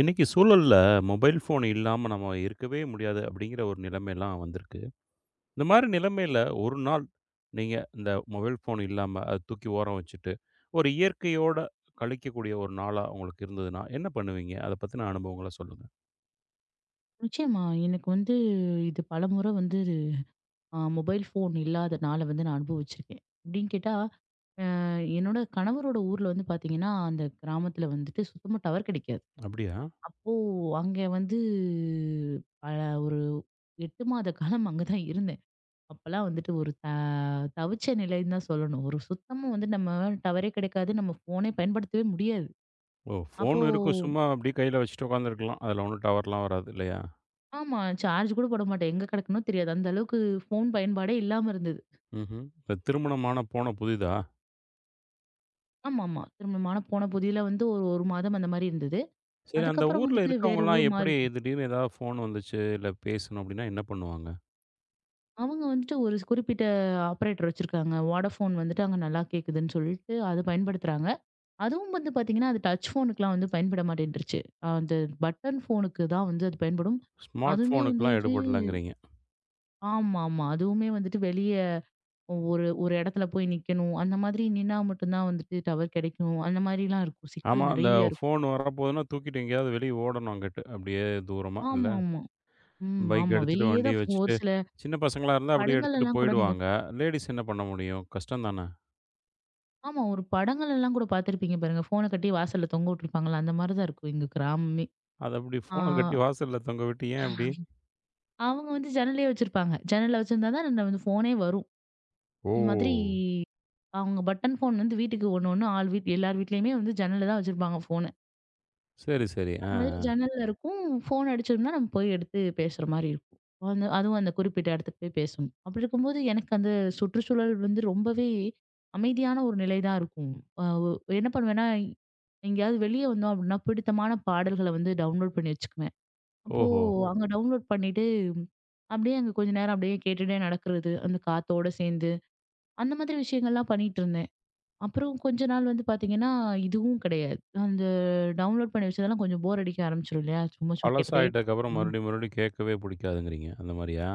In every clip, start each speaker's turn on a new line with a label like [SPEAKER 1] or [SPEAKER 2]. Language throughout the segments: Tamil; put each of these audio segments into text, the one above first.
[SPEAKER 1] இன்னைக்கு சூழல்ல மொபைல் ஃபோன் இல்லாம நம்ம இருக்கவே முடியாது அப்படிங்கிற ஒரு நிலைமைலாம் வந்திருக்கு. இந்த மாரி நிலைமையில ஒரு நாள் நீங்க இந்த மொபைல் ஃபோன் இல்லாம அத தூக்கி ஓரம் வச்சுட்டு, ஒரு இயற்கையோட கழிக்கக்கூடிய ஒரு நாளா உங்களுக்கு இருந்ததுன்னா, என்ன பண்ணுவீங்க? அத பத்தின அனுபவங்கள சொல்லுங்க.
[SPEAKER 2] நிச்சயமா. எனக்கு வந்து இது பலமுறை வந்து மொபைல் ஃபோன் இல்லாதனால வந்து நான் அனுபவிச்சிருக்கேன். எப்படின்னு கேட்டா, அ என்னோட கணவரோட ஊர்ல வந்து பார்த்தீங்கன்னா, அந்த கிராமத்துல வந்துட்டு சுத்தமா டவர் கிடைக்காது.
[SPEAKER 1] அப்படியா?
[SPEAKER 2] அப்போ அங்க வந்து அ ஒரு 8 மாத காலம் அங்க தான் இருந்தேன். அப்பலாம் வந்துட்டு ஒரு தவிச்ச நிலைன்னு தான் சொல்லணும். ஒரு சுத்தமா வந்து நம்ம டவரே கிடைக்காது. நம்ம ஃபோனே பயன்படுத்தவே முடியாது.
[SPEAKER 1] ஓ!
[SPEAKER 2] அப்போ
[SPEAKER 1] ஃபோன் இருக்கும் சும்மா அப்படியே கையில வச்சுட்டு உட்காந்துருக்கலாம். அதுல ஒண்ணும் டவர்லாம் வராது இல்லையா?
[SPEAKER 2] ஆமா, சார்ஜ் கூட போட மாட்டேன். எங்க கிடக்குன்னோ தெரியாது. அந்த அளவுக்கு ஃபோன் பயன்பாடே இல்லாம இருந்தது.
[SPEAKER 1] ம்ஹ்ம். இந்த திருமணமான போன புதிதா?
[SPEAKER 2] ஆமாமா. திருமணம் ஆன போன புதியல வந்து ஒரு 1 மாதம் அந்த மாரி இருந்தது.
[SPEAKER 1] சரி, அந்த
[SPEAKER 2] அதுக்கப்புறம்
[SPEAKER 1] ஊர்ல
[SPEAKER 2] வந்துட்டு வேற
[SPEAKER 1] இருக்கவங்கலாம்
[SPEAKER 2] ஊர்
[SPEAKER 1] எப்படி
[SPEAKER 2] மாறிட்டோம்.
[SPEAKER 1] திடீர்னு ஏதாவது ஃபோன் வந்துச்சு, இல்ல பேசணும் அப்படின்னா என்ன பண்ணுவாங்க?
[SPEAKER 2] அவங்க வந்துட்டு ஒரு குறிப்பிட்ட ஆப்பரேட்டர் வச்சிருக்காங்க. வோடாஃபோன் வந்துட்டு அங்க நல்லா கேக்குதுன்னு சொல்லிட்டு அது பயன்படுத்துறாங்க. அதுவும் வந்து பாத்தீங்கன்னா, அது டச் ஃபோனுக்குலாம் வந்து பயன்பட மாட்டேன்ருச்சு. அந்த பட்டன் ஃபோனுக்கு தான் வந்து அது பயன்படும்.
[SPEAKER 1] ஸ்மார்ட்
[SPEAKER 2] அதுவுமே
[SPEAKER 1] ஃபோனுக்குலாம்
[SPEAKER 2] வந்துட்டு
[SPEAKER 1] எடுபடலங்கிறீங்க.
[SPEAKER 2] ஆமாமா. அதுவுமே வந்துட்டு வெளிய ஒரு ஒரு இடத்துல போய் நிக்கணும். அந்த மாதிரி நின்னா மட்டும் தான் வந்துட்டு டவர் கிடைக்கும். அந்த மாரிலாம் இருக்கும்.
[SPEAKER 1] ஆமா.
[SPEAKER 2] சிக்கல்
[SPEAKER 1] அந்த
[SPEAKER 2] நெறைய இருக்கும்.
[SPEAKER 1] ஃபோன் வரப்போதுன்னா, தூக்கிட்டு எங்கேயாவது வெளிய ஓடணும் அங்கிட்டு. அப்படியே தூரமா இல்ல,
[SPEAKER 2] ஆமாமா. ம்.
[SPEAKER 1] பைக்
[SPEAKER 2] ஆமா.
[SPEAKER 1] எடுத்துட்டு
[SPEAKER 2] வெளியே
[SPEAKER 1] வண்டிய
[SPEAKER 2] தான் ஒரு
[SPEAKER 1] வச்சுட்டு,
[SPEAKER 2] சில
[SPEAKER 1] சின்ன பசங்களா இருந்தா அப்படியே
[SPEAKER 2] படங்கள்
[SPEAKER 1] எடுத்துட்டு
[SPEAKER 2] எல்லாம் கூட நீங்க
[SPEAKER 1] போயிடுவாங்க. லேடீஸ் என்ன பண்ண முடியும்? கஷ்டம் தானே.
[SPEAKER 2] ஆமா. ஒரு படங்கள் எல்லாம் கூட பார்த்திருப்பீங்க பாருங்க. ஃபோன கட்டி வாசல்ல தொங்க விட்டுருப்பாங்கல்ல. அந்த மாரி தான் இருக்கும் எங்க கிராமமே.
[SPEAKER 1] அத அப்படி
[SPEAKER 2] ஆ,
[SPEAKER 1] ஃபோன கட்டி வாசல்ல தொங்க விட்டு ஏன் அப்படி?
[SPEAKER 2] அவங்க வந்து ஜன்னலே வச்சிருப்பாங்க. ஜன்னல்ல வச்சிருந்தா தான் அந்த வந்து ஃபோனே வரும்.
[SPEAKER 1] ஓ!
[SPEAKER 2] இந்த மாதிரி அவங்க பட்டன் ஃபோன் வந்து வீட்டுக்கு ஒண்ணு ஒண்ணு ஆள் வீட் எல்லார் வீட்லயுமே வந்து ஜன்னல்ல தான் வச்சிருப்பாங்க ஃபோன.
[SPEAKER 1] சரி, சரி. ஆ,
[SPEAKER 2] அந்த மாதிரி
[SPEAKER 1] ஆ.
[SPEAKER 2] ஜன்னல்ல இருக்கும். ஃபோன் அடிச்சோம்னா, நம்ம போய் எடுத்து பேசுற மாரி இருக்கும். அந்த அதுவும் அந்த குறிப்பிட்ட இடத்துக்கு போய் பேசணும். அப்படி இருக்கும்போது, எனக்கு அந்த சுற்றுச்சூழல் வந்து ரொம்பவே அமைதியான ஒரு நிலை தான் இருக்கும். அ ஒ என்ன பண்ணுவேன்னா, எங்கேயாவது வெளிய வந்தோம் அப்படின்னா, பிடித்தமான பாடல்கள வந்து டவுன்லோட் பண்ணி வச்சுக்குவேன். அப்போ
[SPEAKER 1] ஓஹோ!
[SPEAKER 2] ஓ! அங்க டவுன்லோட் பண்ணிட்டு, அப்படியே அங்க கொஞ்ச நேரம் அப்படியே கேட்டுட்டே நடக்கிறது, அந்த காத்தோட சேர்ந்து. அந்த மாதிரி விஷயங்கள்லாம் பண்ணிட்டு இருந்தேன். அப்புறம் கொஞ்ச நாள் வந்து பார்த்தீங்கன்னா, இதுவும் கிடையாது. அந்த டவுன்லோட் பண்ணி வச்சதெல்லாம் கொஞ்சம் போர் அடிக்க ஆரம்பிச்சுரும் இல்லையா? சும்மா கேட்டதே கேட்டுட்டு
[SPEAKER 1] பழசாயிட்டதுக்கப்புறம்
[SPEAKER 2] இருக்கணும்.
[SPEAKER 1] மறுபடியும், மறுபடியும் கேட்கவே புடிக்காதுங்கிறீங்க. அந்த மாரியா?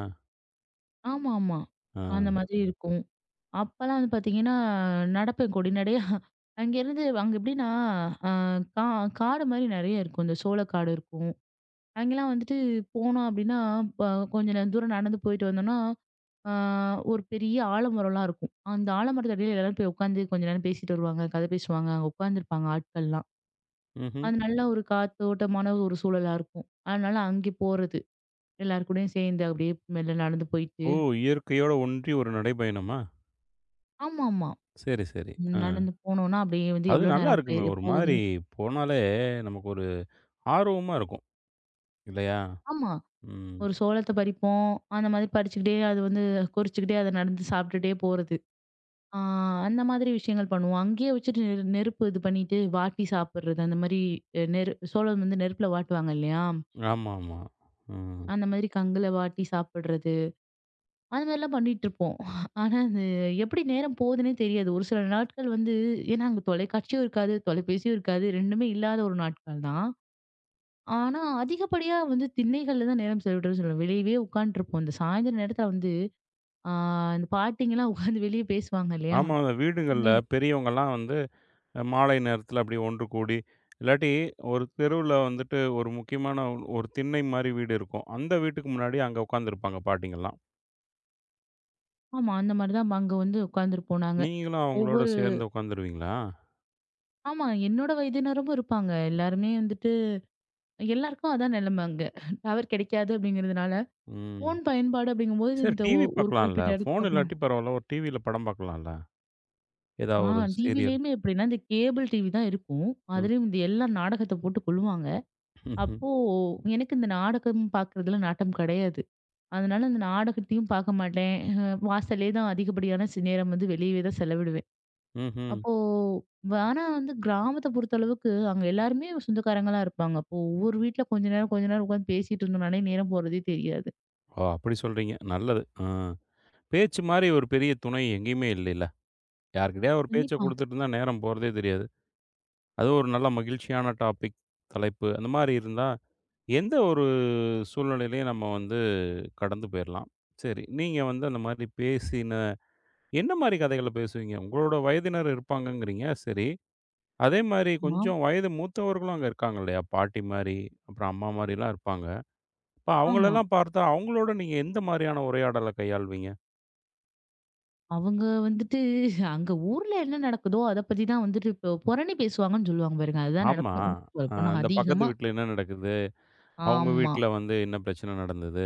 [SPEAKER 2] ஆமா, ஆமா.
[SPEAKER 1] ஆ.
[SPEAKER 2] அந்த மாதிரி இருக்கும். அப்பலாம் வந்து பார்த்தீங்கன்னா, நடப்பேன் கொடிநடையா. அங்கேருந்து அங்க எப்படின்னா, அ கா காடு மாரி நெறைய இருக்கும். இந்த சோளக்காடு இருக்கும். அங்கேலாம் வந்துட்டு போனோம் அப்படின்னா, ப கொஞ்ச தூரம் நடந்து போயிட்டு வந்தோம்னா, ஆ, ஒரு பெரிய ஆலமரம்லாம் இருக்கும். அந்த ஆலமரத்து அடியில எல்லாரும் போய் உட்காந்து கொஞ்ச நேரம் பேசிட்டு வருவாங்க. கதை பேசுவாங்க. அங்க உட்காந்துருப்பாங்க ஆட்கள்லாம்.
[SPEAKER 1] ம்ஹ்ம்.
[SPEAKER 2] அது நல்ல ஒரு காத்தோட்டமான ஒரு சூழலா இருக்கும். அதனால அங்கே போறது. எல்லார் கூடயும் சேர்ந்து அப்படியே மெல்ல நடந்து போயிட்டு
[SPEAKER 1] ஓ! இயற்கையோட ஒன்றி ஒரு நடைப்பயணமா?
[SPEAKER 2] ஆமா, ஆமா.
[SPEAKER 1] சரி, சரி. ஆ.
[SPEAKER 2] நடந்து போனோம்னா அப்படியே வந்து
[SPEAKER 1] அது
[SPEAKER 2] எவ்வளோ
[SPEAKER 1] நல்லா
[SPEAKER 2] நேரம்
[SPEAKER 1] இருக்குமே! ஒரு மாரி
[SPEAKER 2] போகுதுன்னு
[SPEAKER 1] போனாலே நமக்கு ஒரு ஆர்வமா இருக்கும். இல்லையா?
[SPEAKER 2] ஆமா.
[SPEAKER 1] ம்.
[SPEAKER 2] ஒரு சோளத்த பறிப்போம். அந்த மாதிரி பறிச்சுக்கிட்டே அது வந்து கொறிச்சுக்கிட்டே அத நடந்து சாப்பிட்டுட்டே போறது. ஆ, அந்த மாதிரி விஷயங்கள் பண்ணுவோம். அங்கேயே வச்சுட்டு நெருப்பு இது பண்ணிட்டு வாட்டி சாப்பிடுறது. அந்த மாரி சோளம் வந்து நெருப்புல வாட்டுவாங்க இல்லையா?
[SPEAKER 1] ஆமாமா. ம்.
[SPEAKER 2] அந்த மாதிரி கங்குல வாட்டி சாப்பிடுறது. அது மாதிரிலாம் பண்ணிட்டுருப்போம். ஆனா, அது எப்படி நேரம் போகுதுன்னே தெரியாது. ஒரு சில நாட்கள் வந்து ஏன்னா அங்க தொலைக்காட்சியும் இருக்காது, தொலைபேசியும் இருக்காது. 2மே இல்லாத ஒரு நாட்கள் தான். ஆனா, அதிகப்படியா வந்து திண்ணைகள்ல தான் நேரம் செலவிடுறேன்னு சொல்லுவேன். வெளியவே உட்காந்துருப்போம். இந்த சாயந்தர நேரத்துல வந்து ஆ, இந்த பாட்டிங்கலாம் உட்காந்து வெளிய பேசுவாங்க இல்லையா?
[SPEAKER 1] ஆமா. அந்த வீடுகள்ல
[SPEAKER 2] திண்ணைகள்
[SPEAKER 1] பெரியவங்கலாம் வந்து மாலை நேரத்தில அப்படி ஒன்று கூடி, இல்லாட்டி ஒரு தெருவுல வந்துட்டு ஒரு முக்கியமான ஒரு திண்ணை மாரி வீடு இருக்கும். அந்த வீட்டுக்கு முன்னாடி அங்க உட்காந்துருப்பாங்க பாட்டிங்கலாம்.
[SPEAKER 2] ஆமா. அந்த மாரி தான் அங்க வந்து உட்காந்துருப்போம் நாங்க.
[SPEAKER 1] நீங்களும் அவங்களோட
[SPEAKER 2] ஒவ்வொரு
[SPEAKER 1] சேர்ந்து உட்காந்துருவீங்களா?
[SPEAKER 2] ஆமா. என்னோட வயதினரும் இருப்பாங்க. எல்லாருமே வந்துட்டு எல்லாருக்கும் அதான் நிலைமை அங்க. டவர் கிடைக்காது அப்படிங்கிறதுனால,
[SPEAKER 1] ம்.
[SPEAKER 2] ஃபோன் பயன்பாடு அப்படிங்கும்போது
[SPEAKER 1] சரி,
[SPEAKER 2] இந்த
[SPEAKER 1] டிவி
[SPEAKER 2] ஒரு
[SPEAKER 1] பார்க்கலாம்ல.
[SPEAKER 2] குறிப்பிட்ட இடத்துக்கு
[SPEAKER 1] ஃபோன் இல்லாட்டி பரவால்ல. ஒரு டிவியில படம் பார்க்கலாம்ல. ஏதா
[SPEAKER 2] ஆ,
[SPEAKER 1] ஒரு சீரியல்.
[SPEAKER 2] டிவிலயுமே எப்படின்னா, இந்த கேபிள் டிவி தான் இருக்கும்.
[SPEAKER 1] ம்.
[SPEAKER 2] அதுலயும் இந்த எல்லா நாடகத்த போட்டு கொள்ளுவாங்க.
[SPEAKER 1] ம்ஹ்ம்.
[SPEAKER 2] அப்போ எனக்கு இந்த நாடகம் பார்க்குறதுல நாட்டம் கிடையாது. அதனால அந்த நாடகத்தையும் பார்க்க மாட்டேன். வாசல்லயே தான் அதிகப்படியான நேரம் வந்து வெளியவே தான் செலவிடுவேன்.
[SPEAKER 1] ம்ஹ்ம்.
[SPEAKER 2] அப்போ ஆனா வந்து கிராமத்த பொறுத்தளவுக்கு அங்க எல்லாருமே சொந்தக்காரங்க தான் இருப்பாங்க. அப்போ ஒவ்வொரு வீட்ல கொஞ்ச நேரம், கொஞ்ச நேரம் உட்காந்து பேசிட்டு இருந்தோம்னாலே நேரம் போறதே தெரியாது.
[SPEAKER 1] ஓ! அப்படி சொல்றீங்க. நல்லது. ஆ. பேச்சு மாரி ஒரு பெரிய துணை எங்கேயுமே இல்லைல. யார்கிட்டயாவது ஒரு பேச்ச
[SPEAKER 2] கண்டிப்பா.
[SPEAKER 1] குடுத்துட்டு இருந்தா நேரம் போறதே தெரியாது. அதுவும் ஒரு நல்ல மகிழ்ச்சியான டாபிக், தலைப்பு அந்த மாரி இருந்தா, எந்த ஒரு சூழ்நிலையிலயும் நம்ம வந்து கடந்து போயிரலாம். சரி, நீங்க வந்து அந்த மாரி பேசின என்ன மாரி கதைகள பேசுவீங்க? உங்களோட வயதினர் இருப்பாங்கங்கிறீங்க, சரி. அதே மாரி
[SPEAKER 2] ஆமா.
[SPEAKER 1] கொஞ்சம் வயது மூத்தவர்களும் அங்க இருக்காங்க இல்லையா? பாட்டி மாரி, அப்புறம் அம்மா மாரிலாம் இருப்பாங்க. அப்ப
[SPEAKER 2] ஆமா.
[SPEAKER 1] அவங்களெல்லாம் பார்த்தா, அவங்களோட நீங்க எந்த மாரியான உரையாடல கையாளுவீங்க?
[SPEAKER 2] அவங்க வந்துட்டு அங்க ஊர்ல என்ன நடக்குதோ அத பத்தி தான் வந்துட்டு இப்போ புரணி பேசுவாங்கன்னு சொல்லுவாங்க பாருங்க. அதுதான்
[SPEAKER 1] ஆமா.
[SPEAKER 2] நடக்கும். சொல்லப்போனா
[SPEAKER 1] அந்த பக்கத்து
[SPEAKER 2] அதிகமா.
[SPEAKER 1] வீட்ல என்ன நடக்குது? அவங்க
[SPEAKER 2] ஆமா.
[SPEAKER 1] வீட்ல வந்து என்ன பிரச்சனை நடந்தது?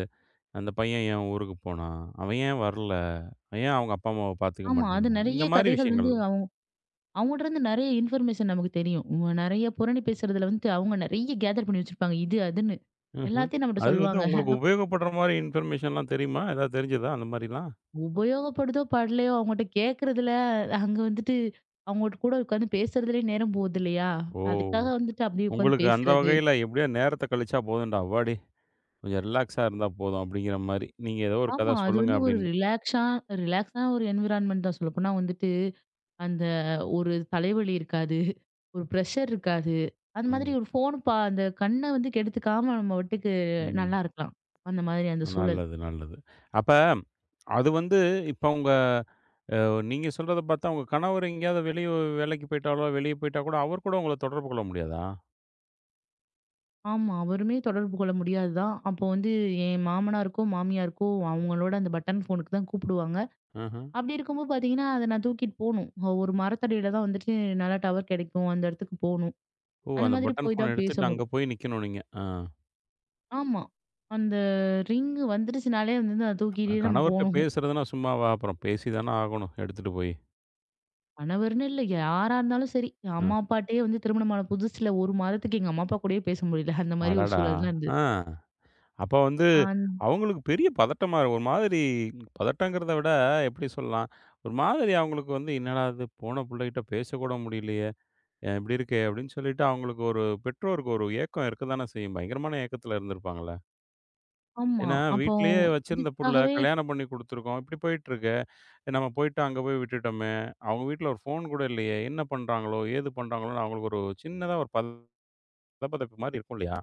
[SPEAKER 1] அந்த பையன் ஏன் ஊருக்கு போனான்? அவன் ஏன் வரல? ஏன் அவங்க அப்பா, அம்மாவ பாத்துக்க
[SPEAKER 2] ஆமா. அது
[SPEAKER 1] மாட்டேங்கிறான்? இந்த
[SPEAKER 2] நெறைய
[SPEAKER 1] மாரி
[SPEAKER 2] கதைகள் வந்து
[SPEAKER 1] விஷயங்கள்.
[SPEAKER 2] அவங்க அவங்கட்ட இருந்து நெறைய இன்ஃபர்மேஷன் நமக்கு தெரியும். நெறைய புரணி பேசுறதுல வந்து அவங்க நெறைய கேதர் பண்ணி வச்சிருப்பாங்க. இது, அதுன்னு.
[SPEAKER 1] ம்ஹ்ம்.
[SPEAKER 2] எல்லாத்தையும் நம்மகிட்ட
[SPEAKER 1] அது வந்து
[SPEAKER 2] சொல்லுவாங்க.
[SPEAKER 1] உங்களுக்கு
[SPEAKER 2] அப்போ
[SPEAKER 1] உபயோகப்படுற மாரி இன்ஃபர்மேஷன்லாம் தெரியுமா? ஏதாவது தெரிஞ்சதா அந்த மாரிலாம்?
[SPEAKER 2] உபயோகப்படுதோ படலையோ அவங்கட்ட கேட்கறதுல அங்க வந்துட்டு அவங்கட்ட கூட உட்காந்து பேசுறதுலயே நேரம் போகுது இல்லையா? அதுக்காக
[SPEAKER 1] ஓ!
[SPEAKER 2] வந்துட்டு அப்படியே உட்காந்து
[SPEAKER 1] உங்களுக்கு அந்த
[SPEAKER 2] பேசுறது.
[SPEAKER 1] வகையில எப்படியோ நேரத்த கழிச்சா போதும்டா, அவ்வாடி கொஞ்சம் ரிலாக்ஸா இருந்தா போதும் அப்படிங்கிற மாரி. நீங்க ஏதோ ஒரு
[SPEAKER 2] ஆமா.
[SPEAKER 1] கதை
[SPEAKER 2] அது
[SPEAKER 1] சொல்லுங்க
[SPEAKER 2] வந்து ஒரு
[SPEAKER 1] அப்படின்னு.
[SPEAKER 2] ரிலாக்ஸா ரிலாக்ஸான ஒரு என்விரான்மென்ட் தான். சொல்லப்போனா வந்துட்டு, அந்த ஒரு தலைவலி இருக்காது. ஒரு பிரஷர் இருக்காது. அந்த மாதிரி
[SPEAKER 1] ம்.
[SPEAKER 2] ஒரு ஃபோன் பா அந்த கண்ண வந்து கெடுத்துக்காம நம்ம பாட்டுக்கு
[SPEAKER 1] ம்.
[SPEAKER 2] நல்லா இருக்கலாம். அந்த மாதிரி அந்த சூழல்.
[SPEAKER 1] நல்லது, நல்லது. அப்ப அது வந்து இப்ப உங்க அ நீங்க சொல்றத பாத்தா உங்க கணவர் எங்கேயாவது வெளிய வேலைக்கு போயிட்டாலோ, வெளிய போயிட்டா கூட அவர் கூட உங்கள தொடர்பு கொள்ள முடியாதா?
[SPEAKER 2] ஆமா. அவருமே தொடர்பு கொள்ள முடியாது தான். அப்போ வந்து என் மாமனாருக்கோ, மாமியாருக்கோ அவங்களோட அந்த பட்டன் ஃபோனுக்கு தான் கூப்பிடுவாங்க.
[SPEAKER 1] ம்ஹ்ம்.
[SPEAKER 2] அப்படி இருக்கும்போது பார்த்தீங்கன்னா, அத நான் தூக்கிட்டு போணும். ஒரு மரத்தடியில தான் வந்துட்டு நல்லா டவர் கிடைக்கும். அந்த இடத்துக்கு போணும்.
[SPEAKER 1] ஓ!
[SPEAKER 2] அந்த
[SPEAKER 1] அந்த
[SPEAKER 2] மாதிரி
[SPEAKER 1] பட்டன்
[SPEAKER 2] போய்
[SPEAKER 1] ஃபோன
[SPEAKER 2] தான் பேச
[SPEAKER 1] எடுத்துட்டு அங்க
[SPEAKER 2] முடியும்.
[SPEAKER 1] போய் நிக்கணும் நீங்க. ஆ.
[SPEAKER 2] ஆமா. அந்த ரிங்கு வந்துருச்சுனாலே வந்து அத தூக்கிட்டே நம்ம
[SPEAKER 1] கணவர்ட்ட
[SPEAKER 2] போணும்.
[SPEAKER 1] பேசுறதுன்னா சும்மாவா? அப்புறம் பேசி தான ஆகணும் எடுத்துட்டு போய்.
[SPEAKER 2] கணவர்ன்னு இல்ல யாரா இருந்தாலும் சரி.
[SPEAKER 1] அ.
[SPEAKER 2] அம்மா அப்பாட்டயே வந்து திருமணமான புதுசுல 1 மாதத்துக்கு எங்க அம்மா அப்பா கூடயே பேச முடியல. அந்த மாரி ஒரு
[SPEAKER 1] அடடா!
[SPEAKER 2] சூழல்லாம்
[SPEAKER 1] ஆ.
[SPEAKER 2] இருந்தது.
[SPEAKER 1] அப்ப வந்து
[SPEAKER 2] அந்
[SPEAKER 1] அவங்களுக்கு பெரிய பதட்டமா இருக்கும். ஒரு மாதிரி பதட்டங்கிறத விட எப்படி சொல்லலாம்? ஒரு மாதிரி அவங்களுக்கு வந்து என்னடா இது போன புள்ளைகிட்ட பேசக்கூட முடியலையே! ஏன் இப்படி இருக்கே! அப்படின்னு சொல்லிட்டு அவங்களுக்கு ஒரு பெற்றோருக்கு ஒரு ஏக்கம் இருக்க தானே செய்யும். பயங்கரமான ஏக்கத்துல இருந்திருப்பாங்கல்ல?
[SPEAKER 2] ஆமா.
[SPEAKER 1] ஏன்னா,
[SPEAKER 2] அப்போ
[SPEAKER 1] வீட்லயே வச்சிருந்த புள்ள
[SPEAKER 2] இதுக்காகவே
[SPEAKER 1] கல்யாணம் பண்ணி குடுத்துருக்கோம். இப்படி போயிட்டுருக்கு. நம்ம போயிட்டு அங்க போய் விட்டுட்டோமே! அவங்க வீட்ல ஒரு ஃபோன் கூட இல்லயே! என்ன பண்றாங்களோ? ஏது பண்றாங்களோன்னு அவங்களுக்கு ஒரு சின்னதா ஒரு பதபதப்பு மாரி இருக்கும் இல்லயா?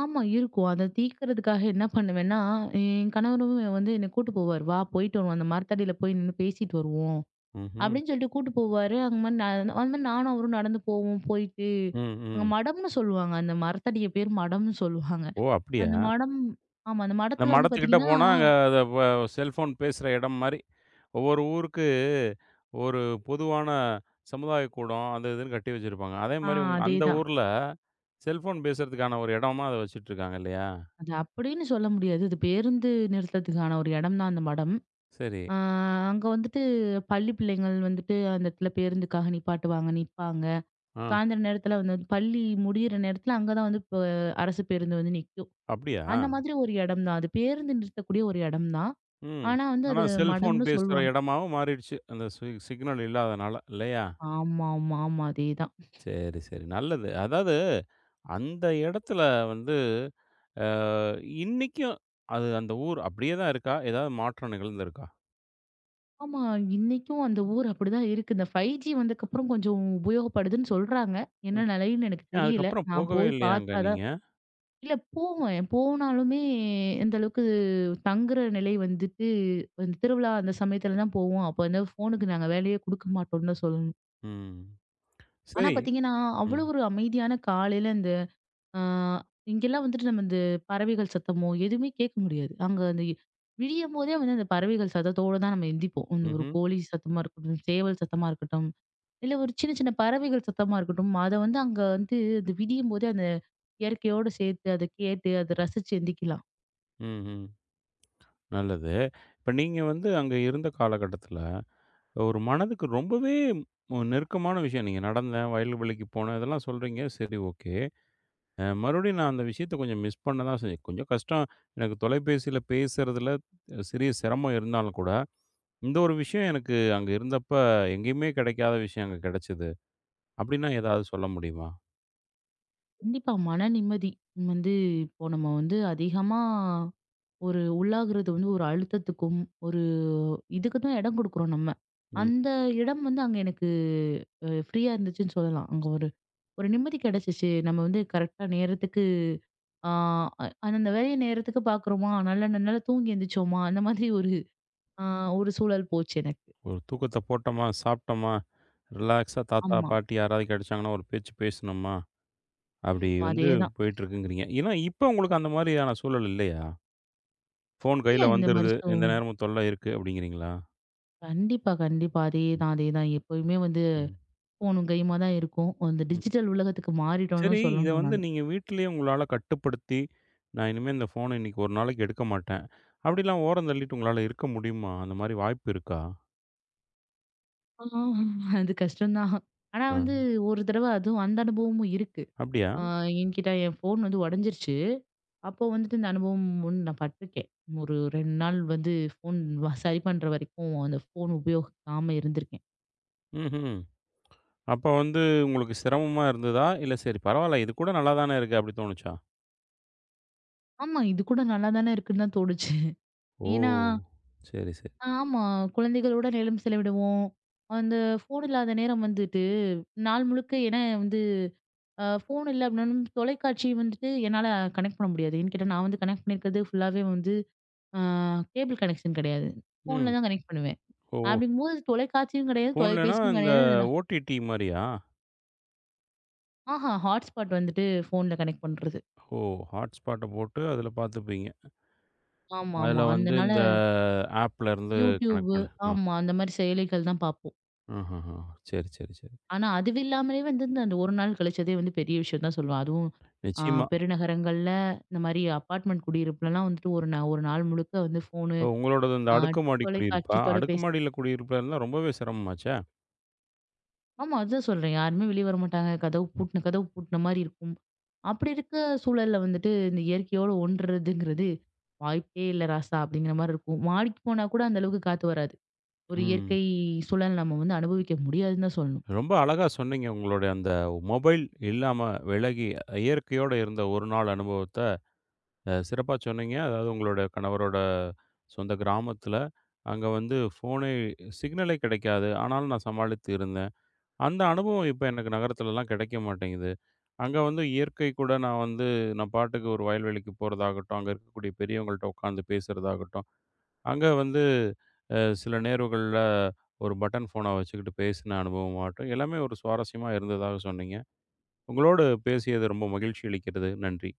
[SPEAKER 2] ஆமா, இருக்கும். அத தீர்க்கிறதுக்காக என்ன பண்ணுவேன்னா, என் கணவரும் வந்து என்ன கூட்டு போவாரு. "வா போயிட்டு வருவோம். அந்த மரத்தடியில போய் நின்னு பேசிட்டு வருவோம்."
[SPEAKER 1] ம்ஹ்ம்.
[SPEAKER 2] அப்படின்னு சொல்லிட்டு கூட்டு போவாரு. அங்க மாரி நா அந்த மாரி நானும் அவரும் நடந்து போவோம். போயிட்டு
[SPEAKER 1] ம்,
[SPEAKER 2] அங்க
[SPEAKER 1] ம்.
[SPEAKER 2] மடம்னு சொல்லுவாங்க. அந்த மரத்தடிய பேர் மடம்னு சொல்லுவாங்க.
[SPEAKER 1] ஓ!
[SPEAKER 2] அந்த
[SPEAKER 1] அப்படியா?
[SPEAKER 2] மடம் ஆமா. அந்த
[SPEAKER 1] இந்த
[SPEAKER 2] மடத்துல வந்து
[SPEAKER 1] மடத்துக்கிட்ட
[SPEAKER 2] பாத்தீங்கன்னா
[SPEAKER 1] போனா அங்க அத வ செல்ஃபோன் பேசுற இடம் மாரி. ஒவ்வொரு ஊருக்கு ஒரு பொதுவான சமுதாய கூடம், அது இதுன்னு கட்டி வச்சிருப்பாங்க. அதே
[SPEAKER 2] ஆ,
[SPEAKER 1] மாரி அந்த
[SPEAKER 2] அதேதான்.
[SPEAKER 1] ஊர்ல செல்ஃபோன் பேசுறதுக்கான ஒரு இடமா அத வச்சுட்டுருக்காங்க இல்லயா?
[SPEAKER 2] அது அப்படின்னு சொல்ல முடியாது. அது பேருந்து நிறுத்தத்துக்கான ஒரு இடம் தான் அந்த மடம்.
[SPEAKER 1] சரி.
[SPEAKER 2] ஆ, அங்க வந்துட்டு பள்ளி பிள்ளைங்கள் வந்துட்டு அந்த இடத்துல பேருந்துக்காக நிப்பாட்டுவாங்க, நிப்பாங்க.
[SPEAKER 1] ஆ.
[SPEAKER 2] சாயந்தர நேரத்துல வந்து பள்ளி முடியிற நேரத்துல அங்க தான் வந்து அரசு பேருந்து வந்து நிக்கும்.
[SPEAKER 1] அப்படியா?
[SPEAKER 2] அந்த மாதிரி ஒரு இடம் தான். அது பேருந்து நிறுத்தக்கூடிய ஒரு இடம் தான்.
[SPEAKER 1] ம்.
[SPEAKER 2] ஆனா வந்து
[SPEAKER 1] ஆனா
[SPEAKER 2] அது
[SPEAKER 1] செல்ஃபோன்
[SPEAKER 2] மடம்னு
[SPEAKER 1] பேசுற
[SPEAKER 2] சொல்லுவாங்க.
[SPEAKER 1] இடமாவும் மாறிடுச்சு. அந்த சிக்னல் இல்லாதனால இல்லையா?
[SPEAKER 2] ஆமா, ஆமா, ஆமா. அதேதான்.
[SPEAKER 1] சரி, சரி. நல்லது. அதாவது அந்த இடத்துல வந்து அ இன்னைக்கும் அது அந்த ஊர் அப்படியே தான் இருக்கா? ஏதாவது மாற்றம் நிகழ்ந்திருக்கா?
[SPEAKER 2] ஆமா. இன்னைக்கும் அந்த ஊர் அப்படிதான் இருக்கு. இந்த 5G வந்ததுக்கப்புறம் கொஞ்சம் உபயோகப்படுதுன்னு சொல்றாங்க. என்ன
[SPEAKER 1] ம்.
[SPEAKER 2] நிலைன்னு எனக்கு
[SPEAKER 1] ஏன்
[SPEAKER 2] தெரியல.
[SPEAKER 1] அதுக்கப்புறம்
[SPEAKER 2] நான்
[SPEAKER 1] போகவே
[SPEAKER 2] போய்
[SPEAKER 1] இல்லையா அங்க
[SPEAKER 2] பார்த்தா தான்
[SPEAKER 1] நீங்க?
[SPEAKER 2] இல்ல போவேன். போனாலுமே இந்த அளவுக்கு தங்குற நிலை வந்துட்டு இந்த திருவிழா அந்த சமயத்துல தான் போவோம். அப்ப வந்து ஃபோனுக்கு நாங்க வேலையே குடுக்க மாட்டோம்னு தான் சொல்லணும்.
[SPEAKER 1] ம்.
[SPEAKER 2] ஆனா
[SPEAKER 1] சரி.
[SPEAKER 2] பார்த்தீங்கன்னா, அவ்வளோ
[SPEAKER 1] ம்.
[SPEAKER 2] ஒரு அமைதியான காலையில அந்த ஆ, இங்கெல்லாம் வந்துட்டு நம்ம இந்த பறவைகள் சத்தமோ எதுவுமே கேட்க முடியாது. அங்க அந்த விடியும்போதே வந்து அந்த பறவைகள் சத்தத்தோட தான் நம்ம எந்திப்போம். அந்த ஒரு
[SPEAKER 1] ம்ஹ்ம்.
[SPEAKER 2] கோழி சத்தமா இருக்கட்டும், சேவல் சத்தமா இருக்கட்டும், இல்ல ஒரு சின்ன சின்ன பறவைகள் சத்தமா இருக்கட்டும். அத வந்து அங்க வந்து அது விடியும்போதே அந்த இயற்கையோட சேர்த்து அத கேட்டு அத ரசிச்சு எந்திக்கலாம்.
[SPEAKER 1] ம்ஹ்ம். நல்லது. இப்ப நீங்க வந்து அங்க இருந்த காலகட்டத்துல, ஒரு மனதுக்கு ரொம்பவே நெருக்கமான விஷயம். நீங்க நடந்தேன், வயல்வெளிக்கு போனேன் இதெல்லாம் சொல்றீங்க. சரி, ஓகே. மறுபடியும் நான் அந்த விஷயத்த கொஞ்சம் மிஸ் பண்ண தான் செஞ்சேன். கொஞ்சம் கஷ்டம். எனக்கு தொலைபேசியில பேசுறதுல சிறிய சிரமம் இருந்தாலும் கூட, இந்த ஒரு விஷயம் எனக்கு அங்க இருந்தப்ப எங்கேயுமே கிடைக்காத விஷயம் அங்க கிடைச்சது. அப்படின்னா ஏதாவது சொல்ல முடியுமா?
[SPEAKER 2] கண்டிப்பா மன நிம்மதி வந்து இப்போ நம்ம வந்து அதிகமா ஒரு உள்ளாகுறது வந்து ஒரு அழுத்தத்துக்கும், ஒரு இதுக்கு தான் இடம் குடுக்குறோம் நம்ம.
[SPEAKER 1] ம்.
[SPEAKER 2] அந்த இடம் வந்து அங்க எனக்கு ஃப்ரீயா இருந்துச்சுன்னு சொல்லலாம். அங்க ஒரு ஒரு நிம்மதி கிடைச்சுச்சு. நம்ம வந்து கரெக்ட்டா நேரத்துக்கு ஆ, அந்தந்த வேலைய நேரத்துக்கு பார்க்குறோமா, நல்லா தூங்கி எந்திரிச்சோமா, அந்த மாதிரி ஒரு ஆ, ஒரு சூழல் போச்சு எனக்கு.
[SPEAKER 1] ஒரு தூக்கத்த போட்டோமா, சாப்பிட்டோமா, ரிலாக்ஸா தாத்தா,
[SPEAKER 2] ஆமா.
[SPEAKER 1] பாட்டி யாராவது கிடைச்சாங்கன்னா ஒரு பேச்சு பேசினோமா, அப்படி
[SPEAKER 2] ம்.
[SPEAKER 1] வந்து
[SPEAKER 2] அதேதான்.
[SPEAKER 1] போயிட்டுருக்குங்கிறீங்க. ஏன்னா இப்ப உங்களுக்கு அந்த மாதிரியான சூழல் இல்லையா? ஃபோன்
[SPEAKER 2] இல்ல
[SPEAKER 1] கையில
[SPEAKER 2] இந்த மாரி
[SPEAKER 1] வந்துருது. எந்த நேரமும் தொல்ல இருக்கு அப்படிங்கிறீங்களா?
[SPEAKER 2] கண்டிப்பா, கண்டிப்பா. அதேதான், அதேதான். எப்பயுமே வந்து
[SPEAKER 1] ம்.
[SPEAKER 2] ஃபோனும் கையுமா தான் இருக்கும். அந்த
[SPEAKER 1] ம்.
[SPEAKER 2] டிஜிட்டல் உலகத்துக்கு மாறிட்டோம்னு
[SPEAKER 1] சரி,
[SPEAKER 2] தான்
[SPEAKER 1] இத
[SPEAKER 2] சொல்லணும்
[SPEAKER 1] வந்து
[SPEAKER 2] நானு.
[SPEAKER 1] நீங்க வீட்டிலேயே உங்களால கட்டுப்படுத்தி, நான் இனிமே இந்த ஃபோன இன்னைக்கு ஒரு நாளைக்கு எடுக்க மாட்டேன். அப்படிலாம் ஓரம் தள்ளிட்டு உங்களால இருக்க முடியுமா? அந்த மாரி வாய்ப்பு இருக்கா?
[SPEAKER 2] ஆ, அது கஷ்டம் தான். ஆனா வந்து
[SPEAKER 1] அ.
[SPEAKER 2] ஒரு தடவ அதுவும் அந்த அனுபவமும் இருக்கு.
[SPEAKER 1] அப்படியா?
[SPEAKER 2] ஆ, என்கிட்ட என் ஃபோன் வந்து உடைஞ்சிருச்சு. அப்போ வந்துட்டு இந்த அனுபவம் ஒண்ணு நான் பட்டுருக்கேன். ஒரு 2 நாள் வந்து ஃபோன் சரி பண்ற வரைக்கும் அந்த ஃபோன் உபயோகிக்காம இருந்திருக்கேன்.
[SPEAKER 1] ம்ஹ்ம். அப்ப வந்து உங்களுக்கு சிரமமா இருந்ததா? இல்ல சரி பரவால்ல, இது கூட நல்லா தானே இருக்கு அப்படி தோணுச்சா?
[SPEAKER 2] ஆமா, இது கூட நல்லா தானே இருக்குன்னு தான் தோணுச்சு.
[SPEAKER 1] ஓ!
[SPEAKER 2] ஏன்னா
[SPEAKER 1] சரி, சரி.
[SPEAKER 2] ஆமா, குழந்தைகளோட நேரம் செலவிடுவோம். அந்த ஃபோன் இல்லாத நேரம் வந்துட்டு நாள் முழுக்க ஏன்னா வந்து ஃபோன் இல்ல அப்படின்னாலும் தொலைக்காட்சி வந்துட்டு என்னால கனெக்ட் பண்ண முடியாது. ஏன்னு கேட்டா நான் வந்து கனெக்ட் பண்ணியிருக்கிறது ஃபுல்லாவே வந்து ஆ, கேபிள் கனெக்ஷன் கிடையாது. ஃபோன்ல
[SPEAKER 1] ம்.
[SPEAKER 2] தான் கனெக்ட் பண்ணுவேன்.
[SPEAKER 1] ஓ!
[SPEAKER 2] அப்படிங்கும்போது தொலைக்காட்சியும் கிடையாது,
[SPEAKER 1] ஃபோன்லனா
[SPEAKER 2] தொலைபேசியும்
[SPEAKER 1] இந்த
[SPEAKER 2] கிடையாது. அது நான்
[SPEAKER 1] ஓடிடி மாரியா?
[SPEAKER 2] ஆஹா! ஹாட்ஸ்பாட் வந்துட்டு ஃபோன்ல கனெக்ட் பண்றது.
[SPEAKER 1] ஓ! ஹாட்ஸ்பாட்ட போட்டு அதுல பார்த்துப்பீங்க.
[SPEAKER 2] ஆமா,
[SPEAKER 1] அதுல
[SPEAKER 2] ஆமா.
[SPEAKER 1] வந்து
[SPEAKER 2] அதனால
[SPEAKER 1] இந்த ஆப்லருந்து கனெக்ட்
[SPEAKER 2] யூடியூபு
[SPEAKER 1] பண்ண. அ.
[SPEAKER 2] ஆமா. அந்த மாரி செயலிகள் தான் பார்ப்போம்.
[SPEAKER 1] ஆஹஹ. சரி, சரி, சரி.
[SPEAKER 2] ஆனா அதுவும் இல்லாமலே வந்து இந்த அந்த ஒரு நாள் கழிச்சதே வந்து பெரிய விஷயம் தான் சொல்லுவேன். அதுவும் ஆ,
[SPEAKER 1] நிச்சயமா.
[SPEAKER 2] பெருநகரங்கள்ல இந்த மாரி அபார்ட்மெண்ட் குடியிருப்புலலாம் வந்துட்டு ஒரு நாள் முழுக்க வந்து ஃபோனு,
[SPEAKER 1] ஓ! உங்களோடது இந்த
[SPEAKER 2] ஆ,
[SPEAKER 1] அடுக்குமாடி குடியிருப்பா?
[SPEAKER 2] தொலைக்காட்சி, தொலைபேசி
[SPEAKER 1] அடுக்குமாடியில குடியிருப்பா இருந்தா ரொம்பவே சிரமமாச்சே!
[SPEAKER 2] ஆமா. அதுதான் சொல்றேன். யாருமே வெளிய வரமாட்டாங்க. கதவு பூட்டின கதவு பூட்டின மாரி இருக்கும். அப்படி இருக்க சூழல்ல வந்துட்டு இந்த இயற்கையோடு ஒன்றதுங்கிறது வாய்ப்பே இல்ல ராசா! அப்படிங்கிற மாரி இருக்கும். மாடிக்கு போனா கூட அந்த அளவுக்கு காத்து வராது. ஒரு
[SPEAKER 1] ம்.
[SPEAKER 2] இயற்கை சூழல் நம்ம வந்து அனுபவிக்க முடியாதுன்னு தான் சொல்லணும்.
[SPEAKER 1] ரொம்ப அழகா சொன்னீங்க. உங்களுடைய அந்த மொபைல் இல்லாம விலகி இயற்கையோட இருந்த ஒரு நாள் அனுபவத்த சிறப்பா சொன்னீங்க. அதாவது உங்களுடைய கணவரோட சொந்த கிராமத்தில, அங்க வந்து ஃபோனே சிக்னலே கிடைக்காது. ஆனாலும் நான் சமாளித்து இருந்தேன். அந்த அனுபவம் இப்ப எனக்கு நகரத்துலலாம் கிடைக்க மாட்டேங்குது. அங்க வந்து இயற்கை கூட நான் வந்து நான் பாட்டுக்கு ஒரு வயல்வெளிக்கு போறதாகட்டும், அங்க இருக்கக்கூடிய பெரியவங்கள்ட்ட உட்காந்து பேசுறதாகட்டும் அங்க வந்து சில நேர்வுகள்ல ஒரு பட்டன் ஃபோன வச்சுக்கிட்டு பேசின அனுபவமாகட்டும், எல்லாமே ஒரு சுவாரஸ்யமா இருந்ததாக சொன்னீங்க. உங்களோடு பேசியது ரொம்ப மகிழ்ச்சி அளிக்கிறது. நன்றி.